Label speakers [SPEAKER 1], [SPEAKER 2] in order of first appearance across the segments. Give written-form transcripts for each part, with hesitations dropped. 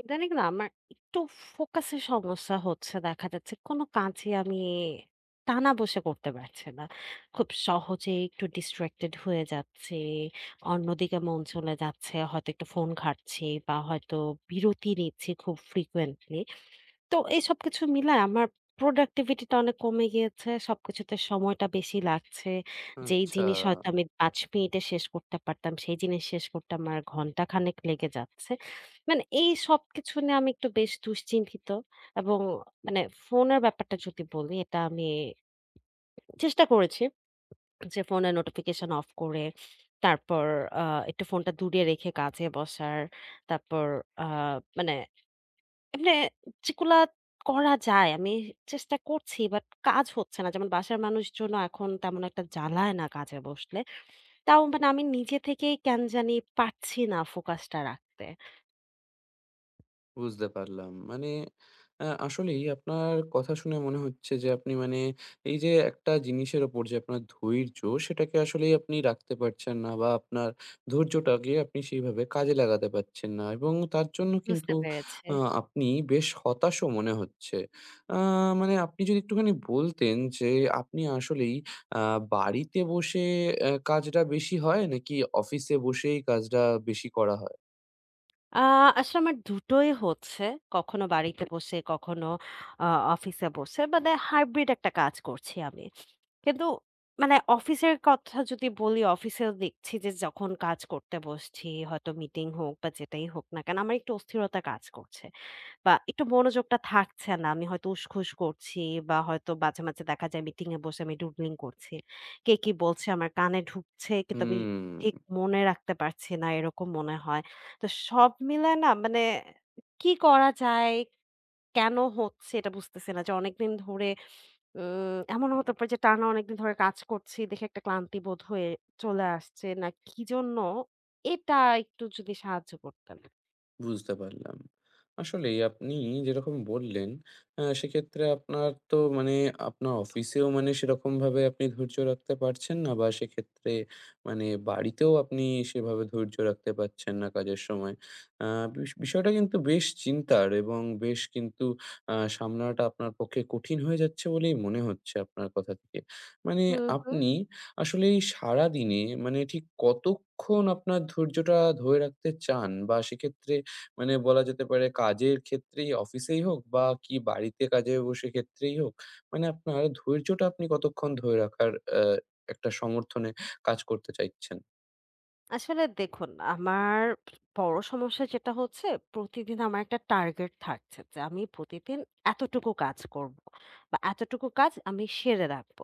[SPEAKER 1] ইদানিং না আমার একটু ফোকাসের সমস্যা হচ্ছে। দেখা যাচ্ছে কোনো কাজই আমি টানা বসে করতে পারছি না। খুব সহজেই একটু ডিস্ট্রাক্টেড হয়ে যাচ্ছি। অন্যদিকে মন চলে যাচ্ছে। হয়তো একটু ফোন ঘাঁটছি বা হয়তো বিরতি নিচ্ছি খুব ফ্রিকোয়েন্টলি। তো এই সবকিছু মিলায় আমার প্রোডাক্টিভিটি টা অনেক কমে গিয়েছে। সবকিছুতে সময়টা বেশি লাগছে। যেই
[SPEAKER 2] আচ্ছা,
[SPEAKER 1] জিনিস হয়তো আমি ৫ মিনিটে শেষ করতে পারতাম, সেই জিনিস শেষ করতে আমার ঘন্টাখানেক লেগে যাচ্ছে। মানে এই সবকিছু নিয়ে আমি একটু বেশ দুশ্চিন্তিত এবং মানে ফোনের ব্যাপারটা যদি বলি, এটা আমি চেষ্টা করেছি যে ফোনের নোটিফিকেশন অফ করে তারপর আ একটু ফোনটা দূরে রেখে কাজে বসার। তারপর আ মানে এমনে যেগুলা করা যায় আমি চেষ্টা করছি বাট কাজ হচ্ছে না। যেমন বাসার মানুষজনও এখন তেমন একটা জ্বালায় না কাজে বসলে। তাও মানে আমি নিজে থেকেই কেন জানি পারছি না ফোকাসটা রাখতে।
[SPEAKER 2] বুঝতে পারলাম। মানে আসলেই আপনার কথা শুনে মনে হচ্ছে যে আপনি মানে এই যে একটা জিনিসের ওপর যে আপনার ধৈর্য সেটাকে আসলেই আপনি রাখতে পারছেন না বা আপনার ধৈর্যটাকে আপনি সেইভাবে কাজে লাগাতে পারছেন না, এবং তার জন্য কিন্তু
[SPEAKER 1] বুঝতে পেরেছি।
[SPEAKER 2] আ আপনি বেশ হতাশও মনে হচ্ছে। আ মানে আপনি যদি একটুখানি বলতেন যে আপনি আসলেই আ বাড়িতে বসে কাজটা বেশি হয়, নাকি অফিসে বসেই কাজটা বেশি করা হয়?
[SPEAKER 1] আ আসলে আমার দুটোই হচ্ছে। কখনো বাড়িতে বসে, কখনো আ অফিসে বসে। মানে হাইব্রিড একটা কাজ করছি আমি। কিন্তু মানে অফিসের কথা যদি বলি, অফিসেও দেখছি যে যখন কাজ করতে বসছি, হয়তো মিটিং হোক বা যেটাই হোক না কেন, আমার একটু অস্থিরতা কাজ করছে বা একটু মনোযোগটা থাকছে না। আমি হয়তো উসখুস করছি বা হয়তো মাঝে মাঝে দেখা যায় মিটিং এ বসে আমি ডুডলিং করছি। কে কি বলছে আমার কানে ঢুকছে কিন্তু আমি ঠিক
[SPEAKER 2] হুম।
[SPEAKER 1] মনে রাখতে পারছি না, এরকম মনে হয়। তো সব মিলায় না মানে কি করা যায়? কেন হচ্ছে এটা বুঝতেছি না যে অনেকদিন ধরে। এমনও হতে পারে যে টানা অনেকদিন ধরে কাজ করছি দেখে একটা ক্লান্তি বোধ হয়ে চলে আসছে না কি জন্য এটা একটু যদি সাহায্য করতেন।
[SPEAKER 2] বুঝতে পারলাম। আসলেই আপনি যেরকম বললেন, সেক্ষেত্রে আপনার তো মানে আপনার অফিসেও মানে সেরকমভাবে আপনি ধৈর্য রাখতে পারছেন না, বা সেক্ষেত্রে মানে বাড়িতেও আপনি সেভাবে ধৈর্য রাখতে পারছেন না কাজের সময়। আ বিষ বিষয়টা কিন্তু বেশ চিন্তার, এবং বেশ কিন্তু সামলানোটা আপনার পক্ষে কঠিন হয়ে যাচ্ছে বলেই মনে হচ্ছে আপনার কথা থেকে। মানে
[SPEAKER 1] হুম, হুম।
[SPEAKER 2] আপনি আসলে এই সারাদিনে মানে ঠিক কতক্ষণ আপনার ধৈর্যটা ধরে রাখতে চান? বা সেক্ষেত্রে মানে বলা যেতে পারে কাজের ক্ষেত্রেই, অফিসেই হোক বা কি বাড়িতে কাজে বসে ক্ষেত্রেই হোক, মানে আপনার ধৈর্যটা আপনি কতক্ষণ ধরে রাখার আ একটা সমর্থনে কাজ করতে চাইছেন?
[SPEAKER 1] আসলে দেখুন, আমার বড় সমস্যা যেটা হচ্ছে, প্রতিদিন আমার একটা টার্গেট থাকছে যে, আমি প্রতিদিন এতটুকু কাজ করব বা এতটুকু কাজ আমি সেরে রাখবো।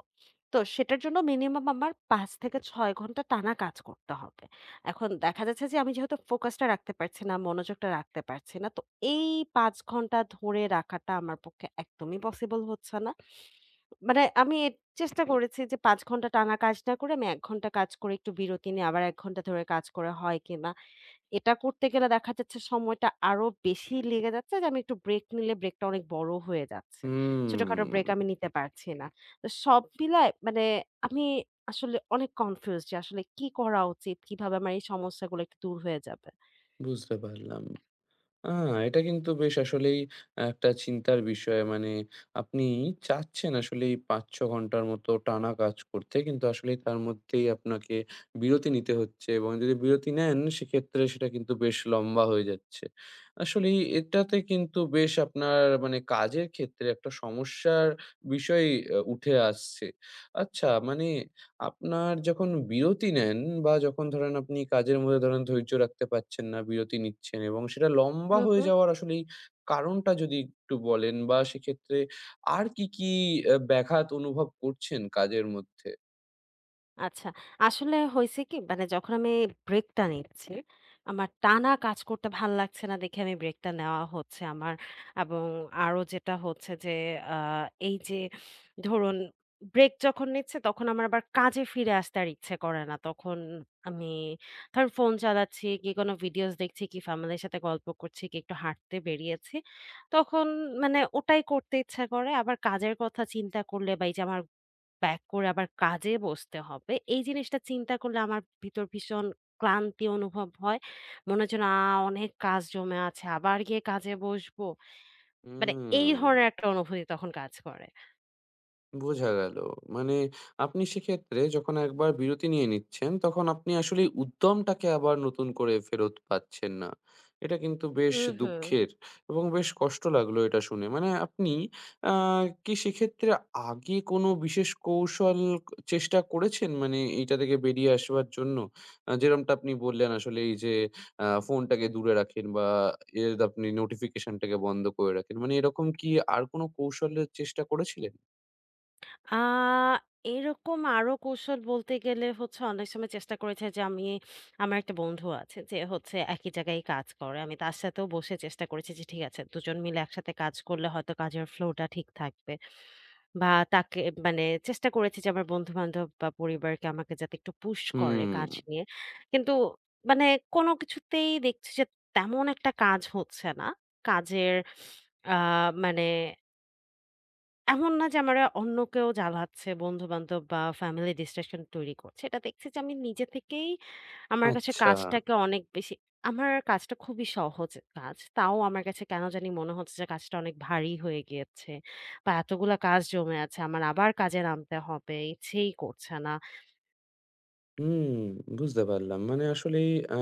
[SPEAKER 1] তো সেটার জন্য মিনিমাম আমার ৫ থেকে ৬ ঘন্টা টানা কাজ করতে হবে। এখন দেখা যাচ্ছে যে, আমি যেহেতু ফোকাসটা রাখতে পারছি না, মনোযোগটা রাখতে পারছি না। তো এই ৫ ঘন্টা ধরে রাখাটা আমার পক্ষে একদমই পসিবল হচ্ছে না। মানে আমি এ চেষ্টা করেছি যে ৫ ঘন্টা টানা কাজ না করে আমি ১ ঘন্টা কাজ করে একটু বিরতি নিয়ে আবার ১ ঘন্টা ধরে কাজ করা হয় কিনা। এটা করতে গেলে দেখা যাচ্ছে সময়টা আরো বেশি লেগে যাচ্ছে যে আমি একটু ব্রেক নিলে ব্রেকটা অনেক বড় হয়ে যাচ্ছে। ছোটখাটো ব্রেক
[SPEAKER 2] হুম,
[SPEAKER 1] আমি নিতে পারছি না। তো সব মিলায় মানে আমি আসলে অনেক কনফিউজড যে আসলে কি করা উচিত? কিভাবে আমার এই সমস্যাগুলো একটু দূর হয়ে যাবে?
[SPEAKER 2] বুঝতে পারলাম। আ এটা কিন্তু বেশ আসলেই একটা চিন্তার বিষয়। মানে আপনি চাচ্ছেন আসলে এই ৫-৬ ঘন্টার মতো টানা কাজ করতে। কিন্তু আসলে তার মধ্যেই আপনাকে বিরতি নিতে হচ্ছে, এবং যদি বিরতি নেন, সেক্ষেত্রে সেটা কিন্তু বেশ লম্বা হয়ে যাচ্ছে। আসলেই এটাতে কিন্তু বেশ আপনার মানে কাজের ক্ষেত্রে একটা সমস্যার বিষয় উঠে আসছে। আচ্ছা, মানে আপনার যখন বিরতি নেন বা যখন ধরেন আপনি কাজের মধ্যে ধরেন ধৈর্য রাখতে পারছেন না, বিরতি নিচ্ছেন, এবং সেটা লম্বা
[SPEAKER 1] হু,
[SPEAKER 2] হয়ে
[SPEAKER 1] হু।
[SPEAKER 2] যাওয়ার আসলেই কারণটা যদি একটু বলেন, বা সেক্ষেত্রে আর কি, কি ব্যাঘাত অনুভব করছেন কাজের মধ্যে?
[SPEAKER 1] আচ্ছা। আসলে হইছে কি মানে যখন আমি ব্রেকটা নিচ্ছি, আমার টানা কাজ করতে ভাল লাগছে না দেখে আমি ব্রেকটা নেওয়া হচ্ছে আমার। এবং আরো যেটা হচ্ছে যে আ এই যে ধরুন ব্রেক যখন নিচ্ছি তখন আমার আবার কাজে ফিরে আসতে আর ইচ্ছে করে না। তখন আমি ধরেন ফোন চালাচ্ছি কি কোনো ভিডিওস দেখছি কি ফ্যামিলির সাথে গল্প করছি কি একটু হাঁটতে বেরিয়েছি। তখন মানে ওটাই করতে ইচ্ছা করে। আবার কাজের কথা চিন্তা করলে বা এই যে আমার ব্যাক করে আবার কাজে বসতে হবে। এই জিনিসটা চিন্তা করলে আমার ভিতর ভীষণ ক্লান্তি অনুভব হয়। মনে হচ্ছে না অনেক কাজ জমে আছে। আবার গিয়ে কাজে বসবো। মানে এই ধরনের
[SPEAKER 2] হুম।
[SPEAKER 1] একটা অনুভূতি তখন কাজ করে।
[SPEAKER 2] বোঝা গেল। মানে আপনি সেক্ষেত্রে যখন একবার বিরতি নিয়ে নিচ্ছেন, তখন আপনি আসলে উদ্যমটাকে আবার নতুন করে ফেরত পাচ্ছেন না। এটা কিন্তু বেশ
[SPEAKER 1] হুম, হুম।
[SPEAKER 2] দুঃখের, এবং বেশ কষ্ট লাগলো এটা শুনে। মানে আপনি আ কি সেক্ষেত্রে আগে কোনো বিশেষ কৌশল চেষ্টা করেছেন? মানে এইটা থেকে বেরিয়ে আসবার জন্য? যেরমটা আপনি বললেন আসলে, এই যে ফোনটাকে দূরে রাখেন বা এর আপনি নোটিফিকেশনটাকে বন্ধ করে রাখেন। মানে এরকম কি আর কোনো কৌশলের চেষ্টা করেছিলেন?
[SPEAKER 1] আ এরকম আরো কৌশল বলতে গেলে হচ্ছে অনেক সময় চেষ্টা করেছে যে আমি আমার একটা বন্ধু আছে যে হচ্ছে একই জায়গায় কাজ করে। আমি তার সাথেও বসে চেষ্টা করেছি যে ঠিক আছে ২ জন মিলে একসাথে কাজ করলে হয়তো কাজের ফ্লোটা ঠিক থাকবে। বা তাকে মানে চেষ্টা করেছি যে আমার বন্ধু-বান্ধব বা পরিবারকে আমাকে যাতে একটু পুশ করে
[SPEAKER 2] হুম,
[SPEAKER 1] কাজ নিয়ে। কিন্তু মানে কোনো কিছুতেই দেখছি যে তেমন একটা কাজ হচ্ছে না। কাজের আ মানে এমন না যে আমরা অন্য কেউ জ্বালাচ্ছে, বন্ধু-বান্ধব বা ফ্যামিলি ডিস্ট্রাকশন তৈরি করছে। এটা দেখছি যে আমি নিজে থেকেই আমার কাছে
[SPEAKER 2] আচ্ছা।
[SPEAKER 1] কাজটাকে অনেক বেশি আমার কাজটা খুবই সহজ কাজ। তাও আমার কাছে কেন জানি মনে হচ্ছে যে কাজটা অনেক ভারী হয়ে গিয়েছে বা এতগুলা কাজ জমে আছে। আমার আবার কাজে নামতে হবে। ইচ্ছেই করছে না।
[SPEAKER 2] হুম, বুঝতে পারলাম। মানে আসলেই আ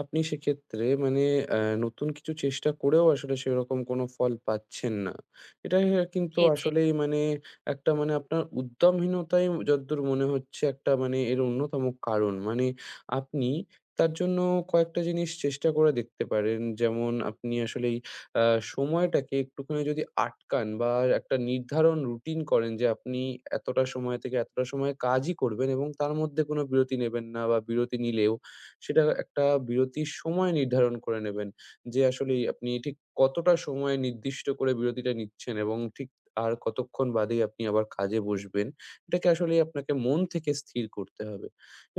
[SPEAKER 2] আপনি সেক্ষেত্রে মানে অ্যা নতুন কিছু চেষ্টা করেও আসলে সেরকম কোনো ফল পাচ্ছেন না। এটা কিন্তু
[SPEAKER 1] জি, জি।
[SPEAKER 2] আসলেই মানে একটা মানে আপনার উদ্যমহীনতাই যদ্দূর মনে হচ্ছে একটা মানে এর অন্যতম কারণ। মানে আপনি তার জন্য কয়েকটা জিনিস চেষ্টা করে দেখতে পারেন। যেমন আপনি আসলে আ সময়টাকে একটুখানি যদি আটকান, বা একটা নির্ধারণ রুটিন করেন যে আপনি এতটা সময় থেকে এতটা সময় কাজই করবেন, এবং তার মধ্যে কোনো বিরতি নেবেন না, বা বিরতি নিলেও সেটা একটা বিরতির সময় নির্ধারণ করে নেবেন। যে আসলেই আপনি ঠিক কতটা সময় নির্দিষ্ট করে বিরতিটা নিচ্ছেন, এবং ঠিক আর কতক্ষণ বাদেই আপনি আবার কাজে বসবেন। এটাকে আসলেই আপনাকে মন থেকে স্থির করতে হবে।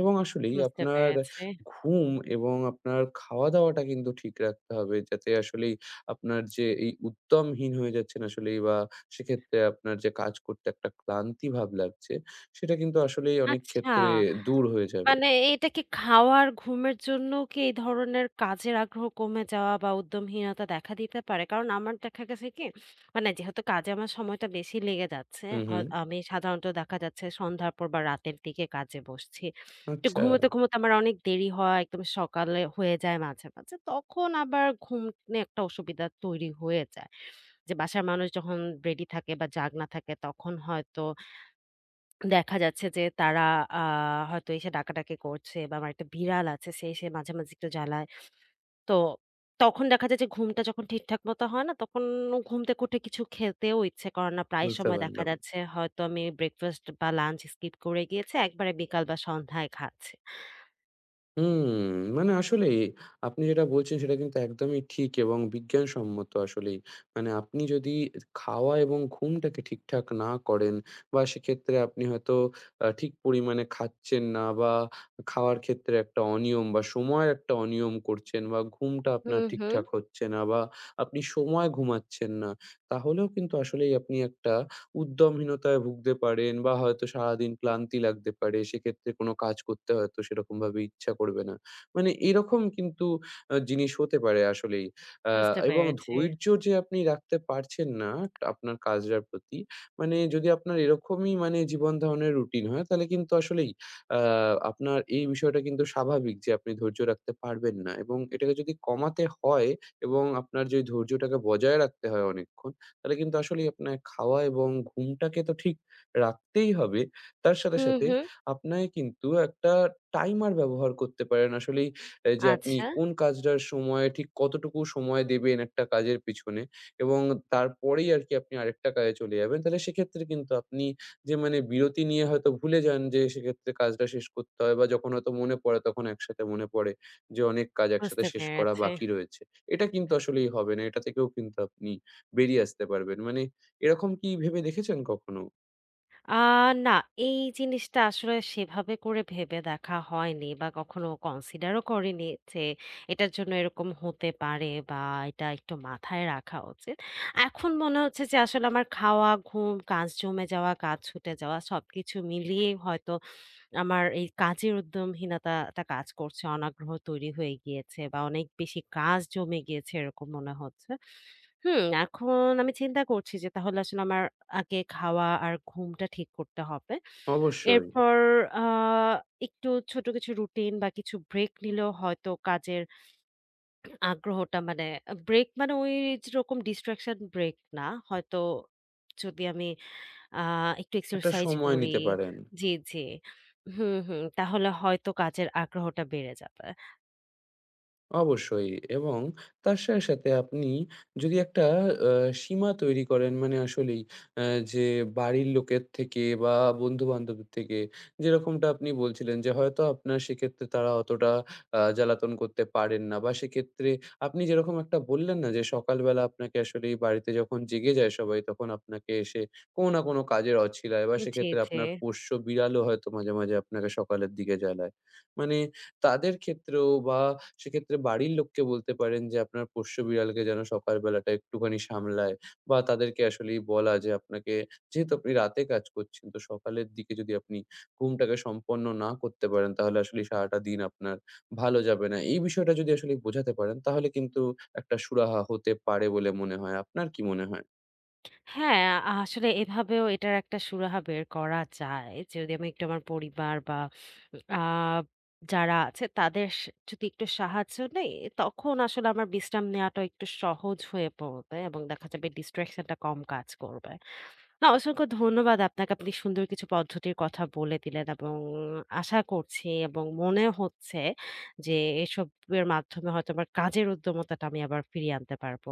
[SPEAKER 2] এবং আসলেই
[SPEAKER 1] বুঝতে
[SPEAKER 2] আপনার
[SPEAKER 1] পেরেছি।
[SPEAKER 2] ঘুম এবং আপনার খাওয়া-দাওয়াটা কিন্তু ঠিক রাখতে হবে, যাতে আসলেই আপনার যে এই উদ্যমহীন হয়ে যাচ্ছেন আসলেই, বা সেক্ষেত্রে আপনার যে কাজ করতে একটা ক্লান্তি ভাব লাগছে, সেটা কিন্তু আসলেই অনেক
[SPEAKER 1] আচ্ছা।
[SPEAKER 2] ক্ষেত্রে দূর হয়ে যাবে।
[SPEAKER 1] মানে এটা কি খাওয়ার ঘুমের জন্যও কি এই ধরনের কাজের আগ্রহ কমে যাওয়া বা উদ্যমহীনতা দেখা দিতে পারে? কারণ আমার দেখা গেছে কি মানে যেহেতু কাজে আমার সময়টা বেশি লেগে যাচ্ছে,
[SPEAKER 2] হুম,
[SPEAKER 1] হয়
[SPEAKER 2] হুম।
[SPEAKER 1] আমি সাধারণত দেখা যাচ্ছে সন্ধ্যার পর বা রাতের দিকে কাজে বসছি। তো
[SPEAKER 2] আচ্ছা,
[SPEAKER 1] ঘুমোতে আমার অনেক দেরি হয়, একদম সকালে হয়ে যায় মাঝে মাঝে। তখন আবার ঘুম নিয়ে একটা অসুবিধা তৈরি হয়ে যায়। যে বাসার মানুষ যখন রেডি থাকে বা জাগ না থাকে তখন হয়তো দেখা যাচ্ছে যে তারা আ হয়তো এসে ডাকাডাকি করছে বা আমার একটা বিড়াল আছে, সে এসে মাঝে মাঝে একটু জ্বালায়। তো তখন দেখা যায় যে ঘুমটা যখন ঠিকঠাক মতো হয় না, তখন ঘুম থেকে উঠে কিছু খেতেও ইচ্ছে করে না। প্রায়
[SPEAKER 2] বুঝতে
[SPEAKER 1] সময় দেখা
[SPEAKER 2] পারলাম।
[SPEAKER 1] যাচ্ছে হয়তো আমি ব্রেকফাস্ট বা লাঞ্চ স্কিপ করে গিয়েছি। একবারে বিকাল বা সন্ধ্যায় খাচ্ছি।
[SPEAKER 2] হুম, মানে আসলেই আপনি যেটা বলছেন সেটা কিন্তু একদমই ঠিক এবং বিজ্ঞানসম্মত আসলেই। মানে আপনি যদি খাওয়া এবং ঘুমটাকে ঠিকঠাক না করেন, বা সেক্ষেত্রে আপনি হয়তো ঠিক পরিমাণে খাচ্ছেন না, বা খাওয়ার ক্ষেত্রে একটা অনিয়ম বা সময়ের একটা অনিয়ম করছেন, বা ঘুমটা আপনার
[SPEAKER 1] হুম, হুম।
[SPEAKER 2] ঠিকঠাক হচ্ছে না, বা আপনি সময় ঘুমাচ্ছেন না, তাহলেও কিন্তু আসলেই আপনি একটা উদ্যমহীনতায় ভুগতে পারেন, বা হয়তো সারাদিন ক্লান্তি লাগতে পারে। সেক্ষেত্রে কোনো কাজ করতে হয়তো সেরকমভাবে ইচ্ছা করবে না। মানে এরকম কিন্তু জিনিস হতে পারে আসলেই। আ
[SPEAKER 1] বুঝতে
[SPEAKER 2] এবং
[SPEAKER 1] পেরেছি।
[SPEAKER 2] ধৈর্য যে আপনি রাখতে পারছেন না আপনার কাজটার প্রতি, মানে যদি আপনার এরকমই মানে জীবন ধারণের রুটিন হয়, তাহলে কিন্তু আসলেই আ আপনার এই বিষয়টা কিন্তু স্বাভাবিক যে আপনি ধৈর্য রাখতে পারবেন না, এবং এটাকে যদি কমাতে হয়, এবং আপনার যে ধৈর্যটাকে বজায় রাখতে হয় অনেকক্ষণ, তাহলে কিন্তু আসলেই আপনার খাওয়া এবং ঘুমটাকে তো ঠিক রাখতেই হবে। তার সাথে,
[SPEAKER 1] হুম,
[SPEAKER 2] সাথে
[SPEAKER 1] হুম।
[SPEAKER 2] আপনাকে কিন্তু একটা টাইমার ব্যবহার করতে পারেন। আসলেই যে আপনি
[SPEAKER 1] আচ্ছা,
[SPEAKER 2] কোন কাজটার সময় ঠিক কতটুকু সময় দেবেন একটা কাজের পিছনে, এবং তারপরেই আরকি আপনি আরেকটা কাজে চলে যাবেন। তাহলে সেক্ষেত্রে কিন্তু আপনি যে মানে বিরতি নিয়ে হয়তো ভুলে যান যে সেক্ষেত্রে কাজটা শেষ করতে হয়, বা যখন হয়তো মনে পড়ে তখন একসাথে মনে পড়ে যে অনেক কাজ একসাথে
[SPEAKER 1] বুঝতে
[SPEAKER 2] শেষ করা
[SPEAKER 1] পেরেছি।
[SPEAKER 2] বাকি রয়েছে। এটা কিন্তু আসলেই হবে না। এটা থেকেও কিন্তু আপনি বেরিয়ে আসতে পারবেন। মানে এরকম কি ভেবে দেখেছেন কখনো?
[SPEAKER 1] আ না, এই জিনিসটা আসলে সেভাবে করে ভেবে দেখা হয়নি বা কখনো কনসিডারও করিনি যে এটার জন্য এরকম হতে পারে বা এটা একটু মাথায় রাখা উচিত। এখন মনে হচ্ছে যে আসলে আমার খাওয়া, ঘুম, কাজ জমে যাওয়া, কাজ ছুটে যাওয়া সবকিছু মিলিয়ে হয়তো আমার এই কাজের উদ্যমহীনতাটা কাজ করছে। অনাগ্রহ তৈরি হয়ে গিয়েছে বা অনেক বেশি কাজ জমে গিয়েছে এরকম মনে হচ্ছে। হুম, এখন আমি চিন্তা করছি যে তাহলে আসলে আমার আগে খাওয়া আর ঘুমটা ঠিক করতে হবে।
[SPEAKER 2] অবশ্যই।
[SPEAKER 1] এরপর আ একটু ছোট কিছু রুটিন বা কিছু ব্রেক নিলেও হয়তো কাজের আগ্রহটা মানে ব্রেক মানে ওই যেরকম ডিস্ট্রাকশন ব্রেক না। হয়তো যদি আমি আ একটু
[SPEAKER 2] একটা
[SPEAKER 1] এক্সারসাইজ
[SPEAKER 2] সময়
[SPEAKER 1] করি।
[SPEAKER 2] নিতে পারেন।
[SPEAKER 1] জি, জি। হুম, হুম। তাহলে হয়তো কাজের আগ্রহটা বেড়ে যাবে।
[SPEAKER 2] অবশ্যই, এবং তার সাথে, সাথে আপনি যদি একটা আ সীমা তৈরি করেন, মানে আসলেই আ যে বাড়ির লোকের থেকে বা বন্ধু-বান্ধবের থেকে, যেরকমটা আপনি বলছিলেন যে হয়তো আপনার সেক্ষেত্রে তারা অতটা জ্বালাতন করতে পারেন না, বা সেক্ষেত্রে আপনি যেরকম একটা বললেন না, যে সকালবেলা আপনাকে আসলেই বাড়িতে যখন জেগে যায় সবাই তখন আপনাকে এসে কোনো না কোনো কাজের অছিলায়, বা
[SPEAKER 1] জি,
[SPEAKER 2] সেক্ষেত্রে
[SPEAKER 1] জি।
[SPEAKER 2] আপনার পোষ্য বিড়ালও হয়তো মাঝে, মাঝে আপনাকে সকালের দিকে জ্বালায়। মানে তাদের ক্ষেত্রেও বা সেক্ষেত্রে বাড়ির লোককে বলতে পারেন যে আপনার পোষ্য বিড়ালকে যেন সকাল বেলাটা একটুখানি সামলায়, বা তাদেরকে আসলেই বলা যে আপনাকে, যেহেতু আপনি রাতে কাজ করছেন, তো সকালের দিকে যদি আপনি ঘুমটাকে সম্পন্ন না করতে পারেন, তাহলে আসলে সারাটা দিন আপনার ভালো যাবে না। এই বিষয়টা যদি আসলে বোঝাতে পারেন, তাহলে কিন্তু একটা সুরাহা হতে পারে বলে মনে হয়। আপনার কি মনে হয়?
[SPEAKER 1] হ্যাঁ, আসলে এভাবেও এটার একটা সুরাহা বের করা যায়। যদি আমি একটু আমার পরিবার বা আ যারা আছে তাদের স যদি একটু সাহায্য নেই, তখন আসলে আমার বিশ্রাম নেওয়াটা একটু সহজ হয়ে পড়বে এবং দেখা যাবে ডিসট্রাকশন টা কম কাজ করবে। না, অসংখ্য ধন্যবাদ আপনাকে। আপনি সুন্দর কিছু পদ্ধতির কথা বলে দিলেন এবং আশা করছি এবং মনে হচ্ছে যে এসবের মাধ্যমে হয়তো আমার কাজের উদ্যমতাটা আমি আবার ফিরিয়ে আনতে পারবো।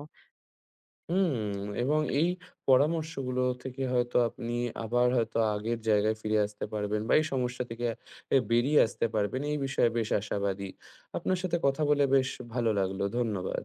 [SPEAKER 2] হুম, এবং এই পরামর্শগুলো থেকে হয়তো আপনি আবার হয়তো আগের জায়গায় ফিরে আসতে পারবেন, বা এই সমস্যা থেকে বেরিয়ে আসতে পারবেন। এই বিষয়ে বেশ আশাবাদী। আপনার সাথে কথা বলে বেশ ভালো লাগলো। ধন্যবাদ।